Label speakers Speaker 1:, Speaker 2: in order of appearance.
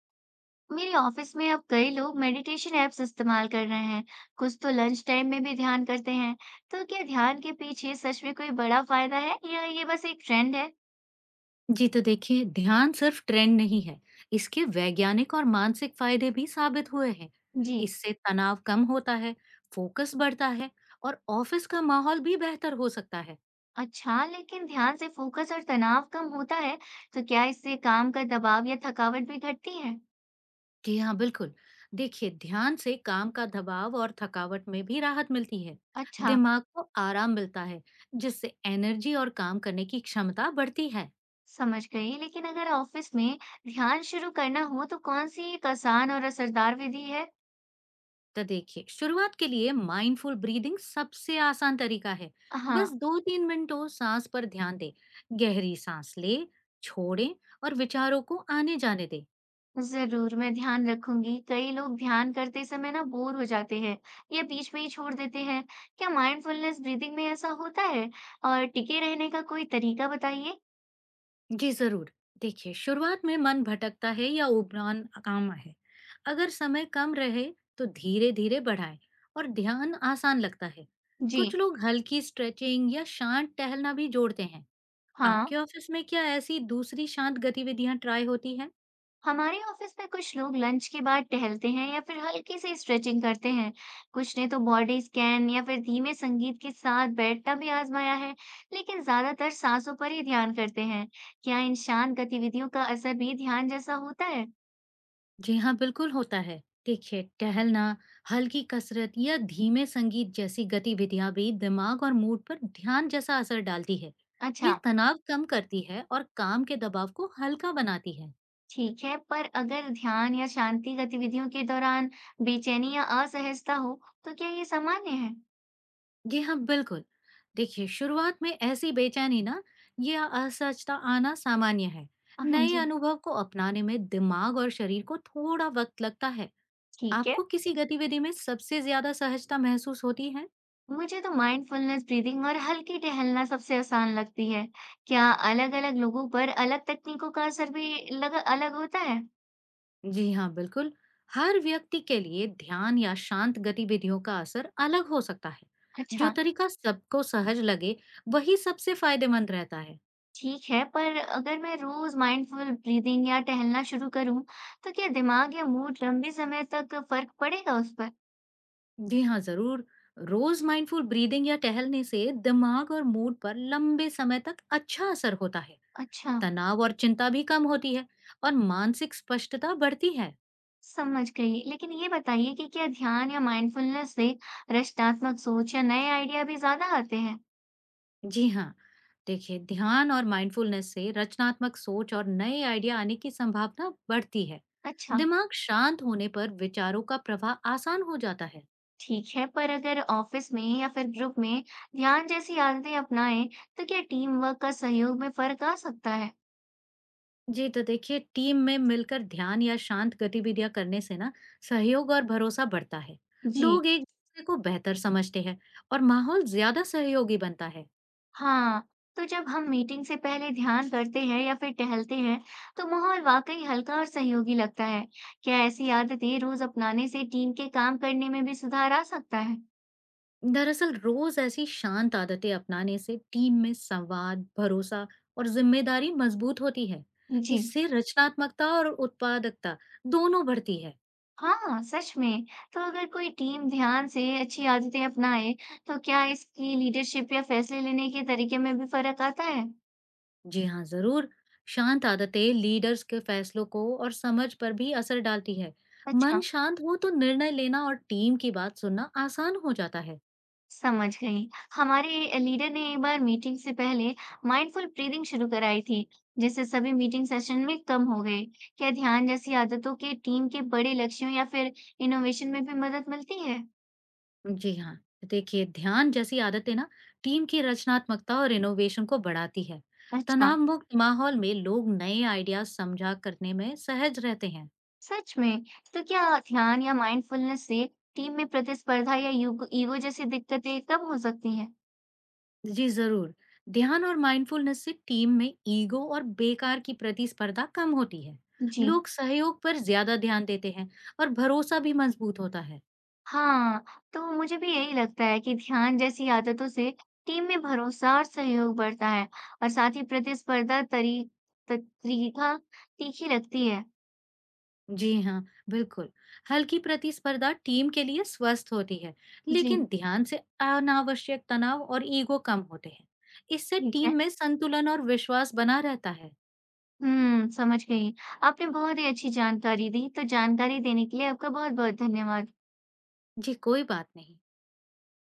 Speaker 1: मेरे ऑफिस में अब कई लोग मेडिटेशन ऐप्स इस्तेमाल कर रहे हैं। कुछ तो लंच टाइम में भी ध्यान करते हैं। तो क्या ध्यान के पीछे सच में कोई बड़ा फायदा है, या ये बस एक ट्रेंड है?
Speaker 2: जी, तो देखिए, ध्यान सिर्फ ट्रेंड नहीं है। इसके वैज्ञानिक और मानसिक फायदे भी साबित हुए हैं।
Speaker 1: जी।
Speaker 2: इससे तनाव कम होता है, फोकस बढ़ता है, और ऑफिस का माहौल भी बेहतर हो सकता है।
Speaker 1: अच्छा, लेकिन ध्यान से फोकस और तनाव कम होता है, तो क्या इससे काम का दबाव या थकावट भी घटती है?
Speaker 2: जी हाँ, बिल्कुल। देखिए, ध्यान से काम का दबाव और थकावट में भी राहत मिलती है।
Speaker 1: अच्छा।
Speaker 2: दिमाग को आराम मिलता है, जिससे एनर्जी और काम करने की क्षमता बढ़ती है।
Speaker 1: समझ गई, लेकिन अगर ऑफिस में ध्यान शुरू करना हो तो कौन सी एक आसान और असरदार विधि है?
Speaker 2: तो देखिए, शुरुआत के लिए माइंडफुल ब्रीदिंग सबसे आसान तरीका है।
Speaker 1: हाँ।
Speaker 2: बस 2 3 मिनटों सांस पर ध्यान दे, गहरी सांस ले, छोड़े, और विचारों को आने जाने दे।
Speaker 1: जरूर मैं ध्यान रखूंगी। कई लोग ध्यान करते समय ना बोर हो जाते हैं या बीच में ही छोड़ देते हैं। क्या माइंडफुलनेस ब्रीदिंग में ऐसा होता है, और टिके रहने का कोई तरीका बताइए।
Speaker 2: जी जरूर। देखिए, शुरुआत में मन भटकता है या उबरान काम है। अगर समय कम रहे, तो धीरे धीरे बढ़ाए, और ध्यान आसान लगता है।
Speaker 1: जी।
Speaker 2: कुछ लोग हल्की स्ट्रेचिंग या शांत टहलना भी जोड़ते हैं।
Speaker 1: हाँ।
Speaker 2: आपके ऑफिस में क्या ऐसी दूसरी शांत गतिविधियां ट्राई होती है?
Speaker 1: हमारे ऑफिस में कुछ लोग लंच के बाद टहलते हैं या फिर हल्की सी स्ट्रेचिंग करते हैं। कुछ ने तो बॉडी स्कैन या फिर धीमे संगीत के साथ बैठना भी आजमाया है, लेकिन ज्यादातर सांसों पर ही ध्यान करते हैं। क्या इन शांत गतिविधियों का असर भी ध्यान जैसा होता है?
Speaker 2: जी हाँ, बिल्कुल होता है। देखिए, टहलना, हल्की कसरत या धीमे संगीत जैसी गतिविधियां भी दिमाग और मूड पर ध्यान जैसा असर डालती है। ये
Speaker 1: अच्छा।
Speaker 2: तनाव कम करती है और काम के दबाव को हल्का बनाती है।
Speaker 1: ठीक है, पर अगर ध्यान या शांति गतिविधियों के दौरान बेचैनी या असहजता हो, तो क्या ये सामान्य है?
Speaker 2: जी हाँ, बिल्कुल। देखिए, शुरुआत में ऐसी बेचैनी ना या असहजता आना सामान्य है।
Speaker 1: हाँ
Speaker 2: नए
Speaker 1: जी।
Speaker 2: अनुभव को अपनाने में दिमाग और शरीर को थोड़ा वक्त लगता है।
Speaker 1: ठीक है।
Speaker 2: आपको किसी गतिविधि में सबसे ज्यादा सहजता महसूस होती है?
Speaker 1: मुझे तो माइंडफुलनेस ब्रीदिंग और हल्की टहलना सबसे आसान लगती है। क्या अलग-अलग लोगों पर अलग तकनीकों का असर भी अलग होता है?
Speaker 2: जी हाँ, बिल्कुल। हर व्यक्ति के लिए ध्यान या शांत गतिविधियों का असर अलग हो सकता है। जो
Speaker 1: अच्छा।
Speaker 2: तरीका सबको सहज लगे, वही सबसे फायदेमंद रहता है।
Speaker 1: ठीक है, पर अगर मैं रोज माइंडफुल ब्रीदिंग या टहलना शुरू करूं, तो क्या दिमाग या मूड लंबे समय तक फर्क पड़ेगा उस पर?
Speaker 2: जी हाँ, जरूर। रोज माइंडफुल ब्रीदिंग या टहलने से दिमाग और मूड पर लंबे समय तक अच्छा असर होता है।
Speaker 1: अच्छा।
Speaker 2: तनाव और चिंता भी कम होती है, और मानसिक स्पष्टता बढ़ती है।
Speaker 1: समझ गई। लेकिन ये बताइए कि क्या ध्यान या माइंडफुलनेस से रचनात्मक सोच या नए आइडिया भी ज्यादा आते हैं?
Speaker 2: जी हाँ। देखिए, ध्यान और माइंडफुलनेस से रचनात्मक सोच और नए आइडिया आने की संभावना बढ़ती है।
Speaker 1: अच्छा।
Speaker 2: दिमाग शांत होने पर विचारों का प्रवाह आसान हो जाता है।
Speaker 1: ठीक है। पर अगर ऑफिस में या फिर ग्रुप में ध्यान जैसी आदतें अपनाएं, तो क्या टीम वर्क का सहयोग में फर्क आ सकता है?
Speaker 2: जी, तो देखिए, टीम में मिलकर ध्यान या शांत गतिविधियां करने से ना, सहयोग और भरोसा बढ़ता है।
Speaker 1: जी
Speaker 2: लोग एक दूसरे को बेहतर समझते हैं, और माहौल ज्यादा सहयोगी बनता है।
Speaker 1: हाँ। तो जब हम मीटिंग से पहले ध्यान करते हैं या फिर टहलते हैं, तो माहौल वाकई हल्का और सहयोगी लगता है। क्या ऐसी आदतें रोज अपनाने से टीम के काम करने में भी सुधार आ सकता है?
Speaker 2: दरअसल, रोज ऐसी शांत आदतें अपनाने से टीम में संवाद, भरोसा और जिम्मेदारी मजबूत होती है।
Speaker 1: जी
Speaker 2: इससे रचनात्मकता और उत्पादकता दोनों बढ़ती है।
Speaker 1: हाँ। सच में। तो अगर कोई टीम ध्यान से अच्छी आदतें अपनाए, तो क्या इसकी लीडरशिप या फैसले लेने के तरीके में भी फर्क आता है?
Speaker 2: जी हाँ, जरूर। शांत आदतें लीडर्स के फैसलों को और समझ पर भी असर डालती है।
Speaker 1: अच्छा।
Speaker 2: मन शांत हो तो निर्णय लेना और टीम की बात सुनना आसान हो जाता है।
Speaker 1: समझ गई। हमारे लीडर ने एक बार मीटिंग से पहले माइंडफुल ब्रीदिंग शुरू कराई थी, जिससे सभी मीटिंग सेशन में कम हो गए। क्या ध्यान जैसी आदतों के टीम के बड़े लक्ष्यों या फिर इनोवेशन में भी मदद मिलती है?
Speaker 2: जी हाँ। तो देखिए, ध्यान जैसी आदतें ना, टीम की रचनात्मकता और इनोवेशन को बढ़ाती है।
Speaker 1: अच्छा।
Speaker 2: तनाव मुक्त माहौल में लोग नए आइडियाज समझा करने में सहज रहते हैं।
Speaker 1: सच में। तो क्या ध्यान या माइंडफुलनेस से टीम में प्रतिस्पर्धा या ईगो जैसी दिक्कतें कब हो सकती हैं?
Speaker 2: जी जरूर। ध्यान और माइंडफुलनेस से टीम में ईगो और बेकार की प्रतिस्पर्धा कम होती है।
Speaker 1: जी,
Speaker 2: लोग सहयोग पर ज्यादा ध्यान देते हैं, और भरोसा भी मजबूत होता है।
Speaker 1: हाँ। तो मुझे भी यही लगता है कि ध्यान जैसी आदतों से टीम में भरोसा और सहयोग बढ़ता है, और साथ ही प्रतिस्पर्धा तरीका तीखी लगती है।
Speaker 2: जी हाँ, बिल्कुल। हल्की प्रतिस्पर्धा टीम के लिए स्वस्थ होती है,
Speaker 1: जी।
Speaker 2: लेकिन ध्यान से अनावश्यक तनाव और ईगो कम होते हैं। इससे
Speaker 1: ठीक
Speaker 2: टीम
Speaker 1: है।
Speaker 2: में संतुलन और विश्वास बना रहता है।
Speaker 1: समझ गई। आपने बहुत ही अच्छी जानकारी दी, तो जानकारी देने के लिए आपका बहुत-बहुत धन्यवाद।
Speaker 2: जी, कोई बात नहीं।